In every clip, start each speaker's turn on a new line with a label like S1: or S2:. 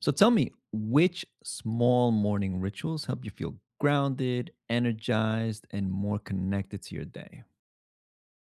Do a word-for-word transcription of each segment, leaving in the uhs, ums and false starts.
S1: So tell me, which small morning rituals help you feel grounded, energized, and more connected to your day?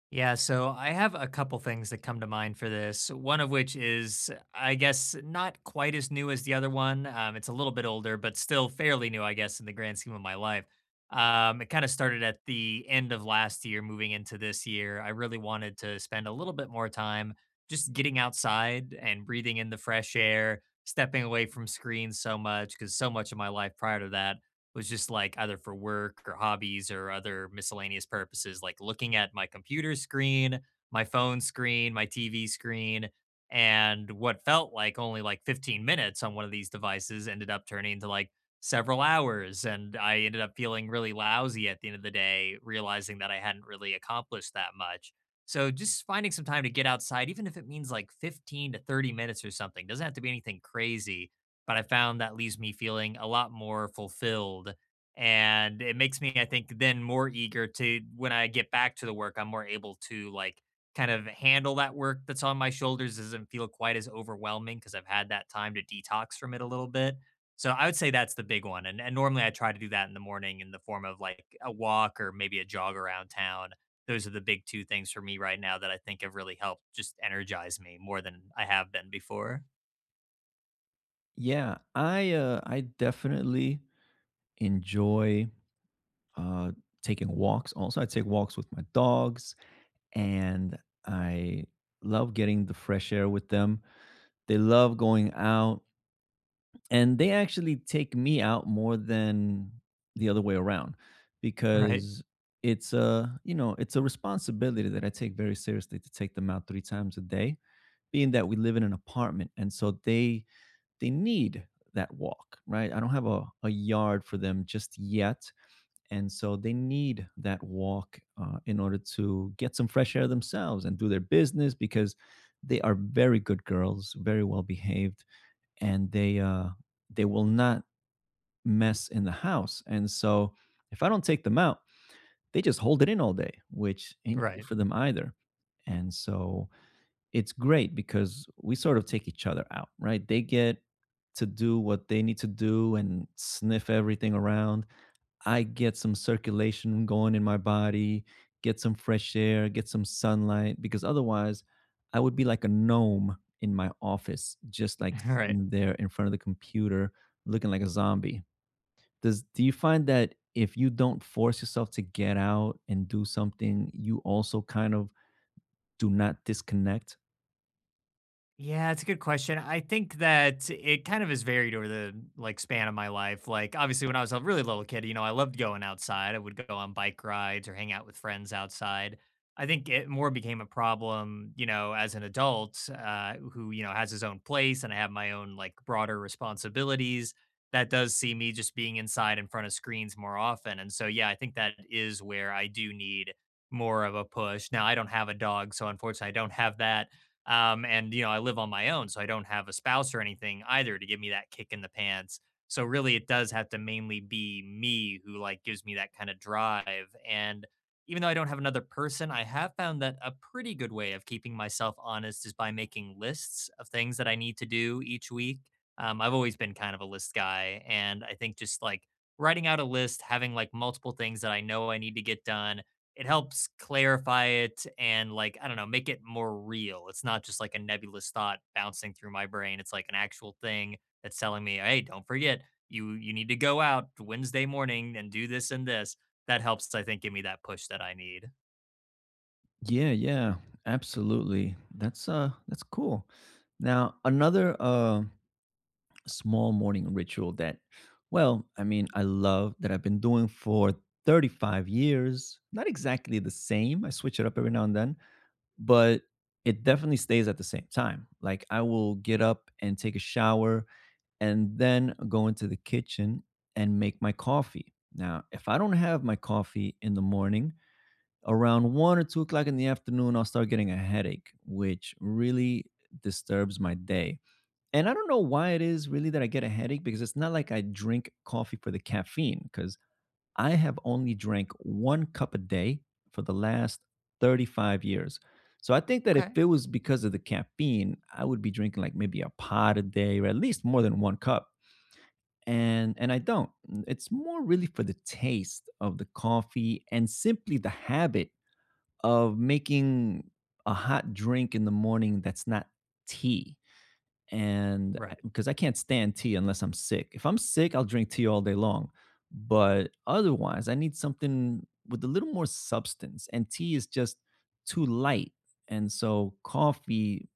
S2: Yeah, so I have a couple things that come to mind for this. One of which is, I guess, not quite as new as the other one. Um, it's a little bit older, but still fairly new, I guess, in the grand scheme of my life. Um, it kind of started at the end of last year, moving into this year. I really wanted to spend a little bit more time just getting outside and breathing in the fresh air, stepping away from screens so much, because so much of my life prior to that was just like either for work or hobbies or other miscellaneous purposes, like looking at my computer screen, my phone screen, my T V screen, and what felt like only like fifteen minutes on one of these devices ended up turning into like several hours. And I ended up feeling really lousy at the end of the day, realizing that I hadn't really accomplished that much. So just finding some time to get outside, even if it means like fifteen to thirty minutes or something, doesn't have to be anything crazy, but I found that leaves me feeling a lot more fulfilled. And it makes me, I think, then more eager to when I get back to the work, I'm more able to like kind of handle that work that's on my shoulders. Doesn't feel quite as overwhelming because I've had that time to detox from it a little bit. So I would say that's the big one. And, and normally I try to do that in the morning in the form of like a walk or maybe a jog around town. Those are the big two things for me right now that I think have really helped just energize me more than I have been before.
S1: Yeah, I uh, I definitely enjoy uh, taking walks. Also, I take walks with my dogs, and I love getting the fresh air with them. They love going out. And they actually take me out more than the other way around
S2: Right.
S1: because it's a, you know, it's a responsibility that I take very seriously to take them out three times a day, being that we live in an apartment and so they they need that walk, right? I don't have a a yard for them just yet, and so they need that walk, uh, in order to get some fresh air themselves and do their business because they are very good girls, very well behaved, and they, uh, they will not mess in the house. And so if I don't take them out, they just hold it in all day, which ain't good
S2: Right.
S1: for them either. And so it's great because we sort of take each other out, right? They get to do what they need to do and sniff everything around. I get some circulation going in my body, get some fresh air, get some sunlight, because otherwise I would be like a gnome in my office, just like
S2: Right.
S1: sitting there in front of the computer looking like a zombie. Does do you find that if you don't force yourself to get out and do something, you also kind of do not disconnect?
S2: Yeah, it's a good question. I think that it kind of is varied over the like span of my life. Like obviously when I was a really little kid, you know, I loved going outside. I would go on bike rides or hang out with friends outside. I think it more became a problem, you know, as an adult uh, who, you know, has his own place and I have my own like broader responsibilities. That does see me just being inside in front of screens more often. And so, yeah, I think that is where I do need more of a push. Now, I don't have a dog. So, unfortunately, I don't have that. Um, and you know, I live on my own, so I don't have a spouse or anything either to give me that kick in the pants. So really, it does have to mainly be me who like gives me that kind of drive. And even though I don't have another person, I have found that a pretty good way of keeping myself honest is by making lists of things that I need to do each week. Um, I've always been kind of a list guy, and I think just like writing out a list, having like multiple things that I know I need to get done, it helps clarify it and like I don't know, make it more real. It's not just like a nebulous thought bouncing through my brain. It's like an actual thing that's telling me, "Hey, don't forget you you need to go out Wednesday morning and do this and this." That helps I think give me that push that I need.
S1: Yeah, yeah, absolutely. That's uh that's cool. Now, another uh small morning ritual that, well, I mean, I love, that I've been doing for thirty-five years. Not exactly the same. I switch it up every now and then, but it definitely stays at the same time. Like I will get up and take a shower and then go into the kitchen and make my coffee. Now, if I don't have my coffee in the morning, around one or two o'clock in the afternoon, I'll start getting a headache, which really disturbs my day. And I don't know why it is really that I get a headache, because it's not like I drink coffee for the caffeine, because I have only drank one cup a day for the last thirty-five years. So I think that if
S2: Okay.
S1: it was because of the caffeine, I would be drinking like maybe a pot a day or at least more than one cup, and and I don't. It's more really for the taste of the coffee and simply the habit of making a hot drink in the morning that's not tea, and
S2: Right.
S1: because I can't stand tea unless I'm sick. If I'm sick, I'll drink tea all day long, but otherwise, I need something with a little more substance, and tea is just too light. And so, coffee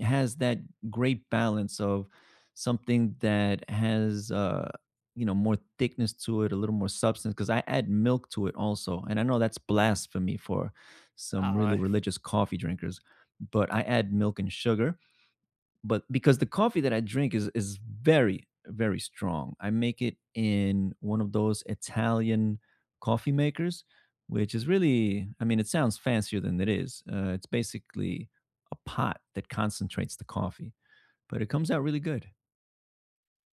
S1: has that great balance of something that has, uh, you know, more thickness to it, a little more substance. Because I add milk to it also, and I know that's blasphemy for some
S2: Uh,
S1: really religious coffee drinkers, but I add milk and sugar, but because the coffee that I drink is is very very strong. I make it in one of those Italian coffee makers, which is really, I mean, it sounds fancier than it is. Uh, it's basically a pot that concentrates the coffee, but it comes out really good.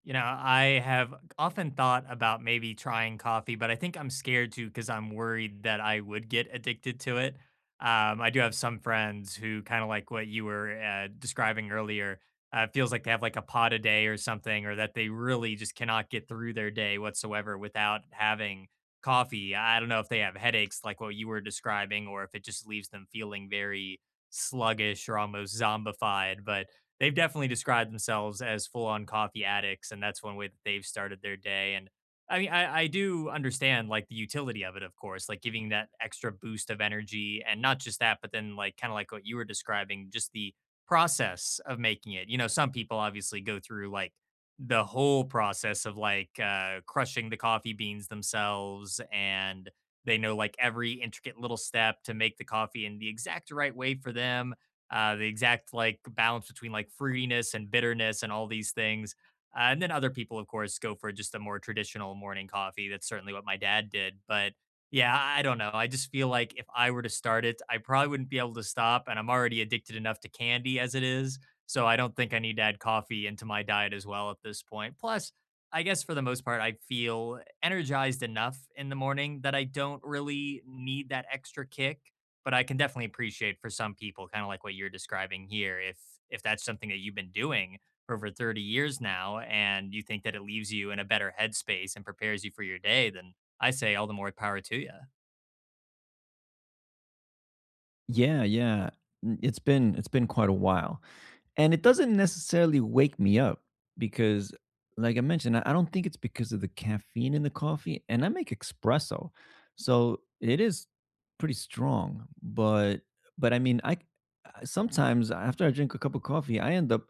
S2: You know, I have often thought about maybe trying coffee, but I think I'm scared to because I'm worried that I would get addicted to it. Um, I do have some friends who kind of like what you were uh, describing earlier. Uh, feels like they have like a pot a day or something, or that they really just cannot get through their day whatsoever without having coffee. I don't know if they have headaches like what you were describing, or if it just leaves them feeling very sluggish or almost zombified. But they've definitely described themselves as full on coffee addicts, and that's one way that they've started their day. And I mean, I, I do understand like the utility of it, of course, like giving that extra boost of energy, and not just that, but then like kind of like what you were describing, just the process of making it. You know, some people obviously go through like the whole process of like uh, crushing the coffee beans themselves and they know like every intricate little step to make the coffee in the exact right way for them, uh, the exact like balance between like fruitiness and bitterness and all these things. Uh, and then other people, of course, go for just a more traditional morning coffee. That's certainly what my dad did. But yeah, I I don't know. I just feel like if I were to start it, I probably wouldn't be able to stop. And I'm already addicted enough to candy as it is. So I don't think I need to add coffee into my diet as well at this point. Plus, I guess for the most part, I feel energized enough in the morning that I don't really need that extra kick, but I can definitely appreciate for some people, kind of like what you're describing here, if if that's something that you've been doing for over thirty years now and you think that it leaves you in a better headspace and prepares you for your day, then I say all the more power to you.
S1: Yeah, yeah. N- It's been it's been quite a while. And it doesn't necessarily wake me up because, like I mentioned, I I don't think it's because of the caffeine in the coffee. And I make espresso, so it is pretty strong. But but I mean, I c- I- sometimes after I drink a cup of coffee, I end up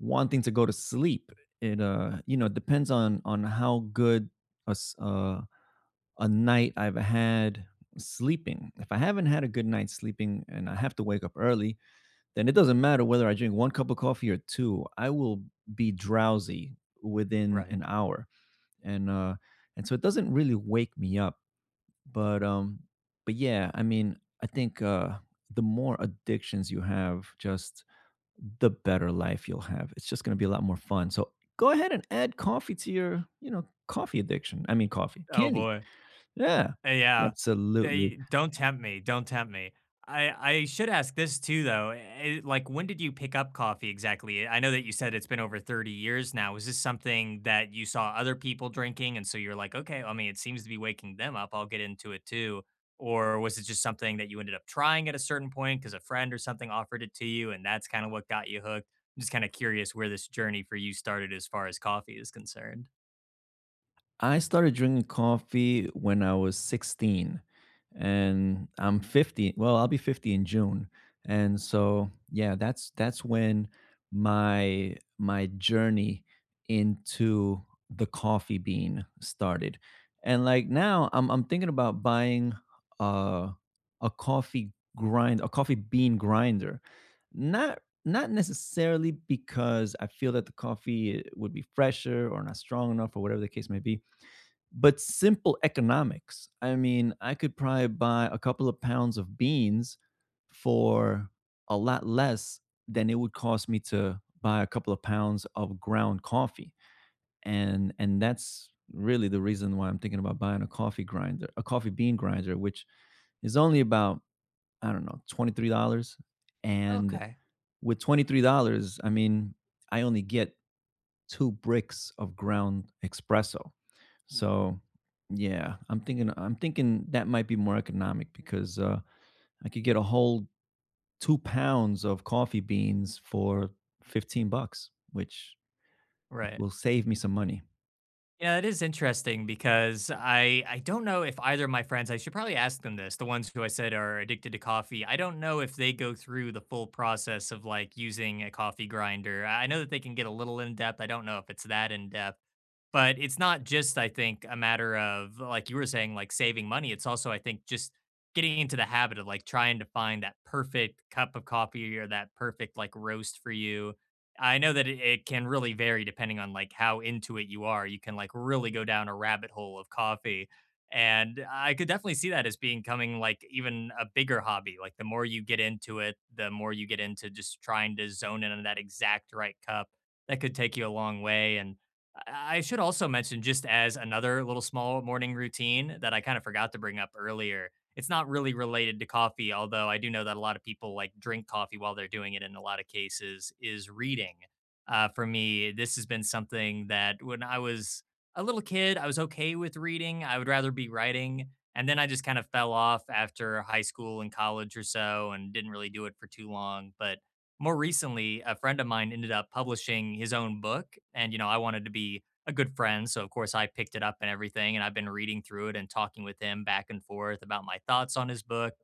S1: wanting to go to sleep. It uh, you know, it depends on on how good a s- uh, a night I've had sleeping. If I haven't had a good night sleeping and I have to wake up early, then it doesn't matter whether I drink one cup of coffee or two. I will be drowsy within
S2: Right.
S1: an hour, and uh, and so it doesn't really wake me up. But um, but yeah, I mean, I think uh, the more addictions you have, just the better life you'll have. It's just going to be a lot more fun. So go ahead and add coffee to your, you know, coffee addiction. I mean, coffee,
S2: Oh
S1: candy.
S2: boy.
S1: Yeah,
S2: Uh, yeah.
S1: absolutely.
S2: They don't tempt me, don't tempt me. I I should ask this too though, eh, like, when did you pick up coffee exactly? I know that you said it's been over thirty years now. Is this something that you saw other people drinking, and so you're like, "Okay, I mean, it seems to be waking them up, I'll get into it too," or was it just something that you ended up trying at a certain point because a friend or something offered it to you, and that's kinda what got you hooked? I'm just kinda curious where this journey for you started as far as coffee is concerned.
S1: I started drinking coffee when I was sixteen and I'm fifty. Well, I'll be fifty in June. And so, yeah, that's that's when my my journey into the coffee bean started. And like now I'm I'm thinking about buying uh a coffee grind, a coffee bean grinder. Not not necessarily because I feel that the coffee would be fresher or not strong enough or whatever the case may be, but simple economics. I mean, I could probably buy a couple of pounds of beans for a lot less than it would cost me to buy a couple of pounds of ground coffee. And and that's really the reason why I'm thinking about buying a coffee grinder, a coffee bean grinder, which is only about, I don't know, twenty-three dollars. And
S2: Okay.
S1: with twenty-three dollars I mean, I only get two bricks of ground espresso. So, yeah, I'm thinking I'm thinking that might be more economic because uh, I could get a whole two pounds of coffee beans for fifteen bucks, which
S2: Right.
S1: will save me some money.
S2: Yeah, that is interesting because I I don't know if either of my friends, I should probably ask them this, the ones who I said are addicted to coffee. I don't know if they go through the full process of like using a coffee grinder. I I know that they can get a little in depth. I don't know if it's that in depth. But it's not just, I think, a matter of, like you were saying, like saving money. It's also, I think, just getting into the habit of like trying to find that perfect cup of coffee or that perfect like roast for you. I know that it, it can really vary depending on like how into it you are. You can like really go down a rabbit hole of coffee. And I could definitely see that as being coming like even a bigger hobby. Like the more you get into it, the more you get into just trying to zone in on that exact right cup. That could take you a long way. And I I should also mention just as another little small morning routine that I kind of forgot to bring up earlier. It's not really related to coffee, although I do know that a lot of people like drink coffee while they're doing it in a lot of cases, is reading. Uh, for me, this has been something that when I was a little kid, I was okay with reading. I would rather be writing. And then I just kind of fell off after high school and college or so and didn't really do it for too long. But more recently, a friend of mine ended up publishing his own book. And, you know, I wanted to be a good friend. So, of course, I picked it up and everything. And I've been reading through it and talking with him back and forth about my thoughts on his book,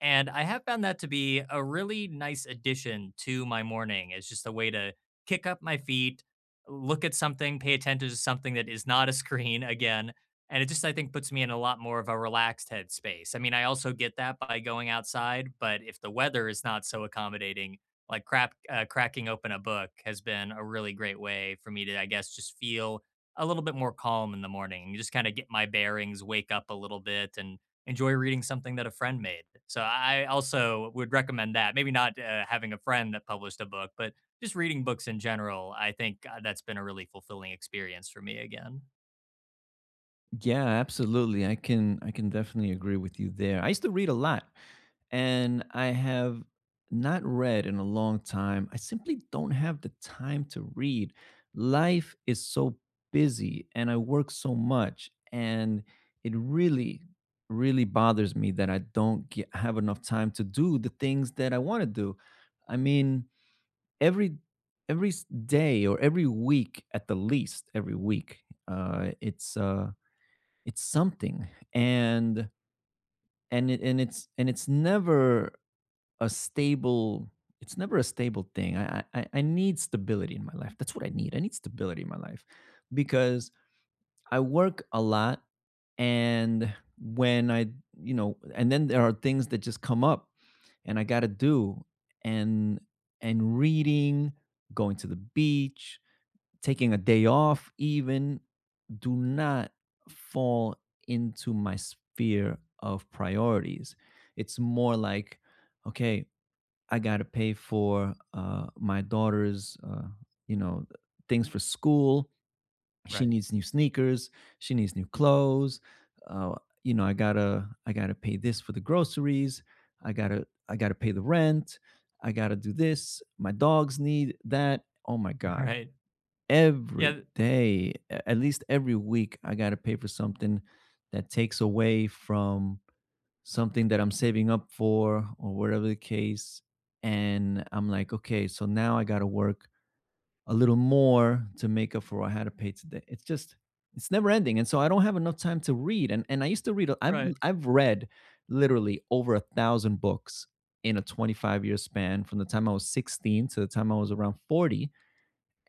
S2: and I have found that to be a really nice addition to my morning. It's just a way to kick up my feet, look at something, pay attention to something that is not a screen again. And it just, I think, puts me in a lot more of a relaxed headspace. I mean, I also get that by going outside, but if the weather is not so accommodating, like crap, uh, cracking open a book has been a really great way for me to, I guess, just feel a little bit more calm in the morning and just kind of get my bearings, wake up a little bit, and enjoy reading something that a friend made. So I also would recommend that. Maybe not uh, having a friend that published a book, but just reading books in general. I think uh, that's been a really fulfilling experience for me again.
S1: Yeah, absolutely. I can I can definitely agree with you there. I used to read a lot, and I have not read in a long time. I simply don't have the time to read. Life is so busy and I work so much, and it really really bothers me that I don't get, have enough time to do the things that I want to do. I mean, every every s- day or every week, at the least, every week, uh it's uh it's something, and and it, and it's and it's never a stable it's never a stable thing. I, I I need stability in my life. That's what I need. I need stability in my life because I work a lot, and when I, you know, and then there are things that just come up and I got to do, and and reading, going to the beach, taking a day off even, do not fall into my sphere of priorities. It's more like, okay, I got to pay for uh, my daughter's, uh, you know, things for school. She
S2: Right.
S1: needs new sneakers. She needs new clothes. Uh, you know, I gotta, I gotta pay this for the groceries. I gotta, I gotta pay the rent. I gotta do this. My dogs need that. Oh my god.
S2: Right.
S1: Every
S2: Yeah.
S1: day, a at least every week, I gotta pay for something that takes away from something that I'm saving up for, or whatever the case, and I'm like, "Okay, so now I gotta work a little more to make up for what I had to pay today." It's just it's never ending, and so I don't have enough time to read, and and I used to read a, I've
S2: Right.
S1: I've read literally over one thousand books in a twenty-five year span, from the time I was sixteen to the time I was around forty,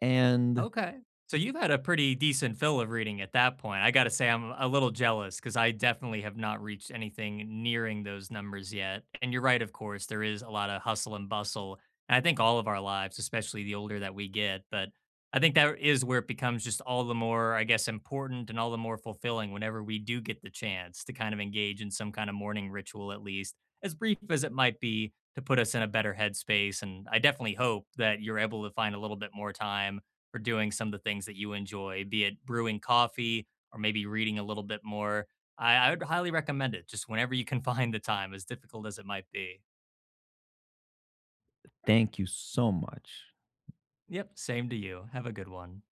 S1: and
S2: Okay. So you've had a pretty decent fill of reading at that point. I got to say, I'm a little jealous because I definitely have not reached anything nearing those numbers yet. And you're right, of course, there is a lot of hustle and bustle. And I think all of our lives, especially the older that we get. But I think that is where it becomes just all the more, I guess, important and all the more fulfilling whenever we do get the chance to kind of engage in some kind of morning ritual, at least as brief as it might be, to put us in a better headspace. And I definitely hope that you're able to find a little bit more time for doing some of the things that you enjoy, be it brewing coffee or maybe reading a little bit more. I, I would highly recommend it just whenever you can find the time, as difficult as it might be.
S1: thank you so much.
S2: Yep, same to you. Have a good one.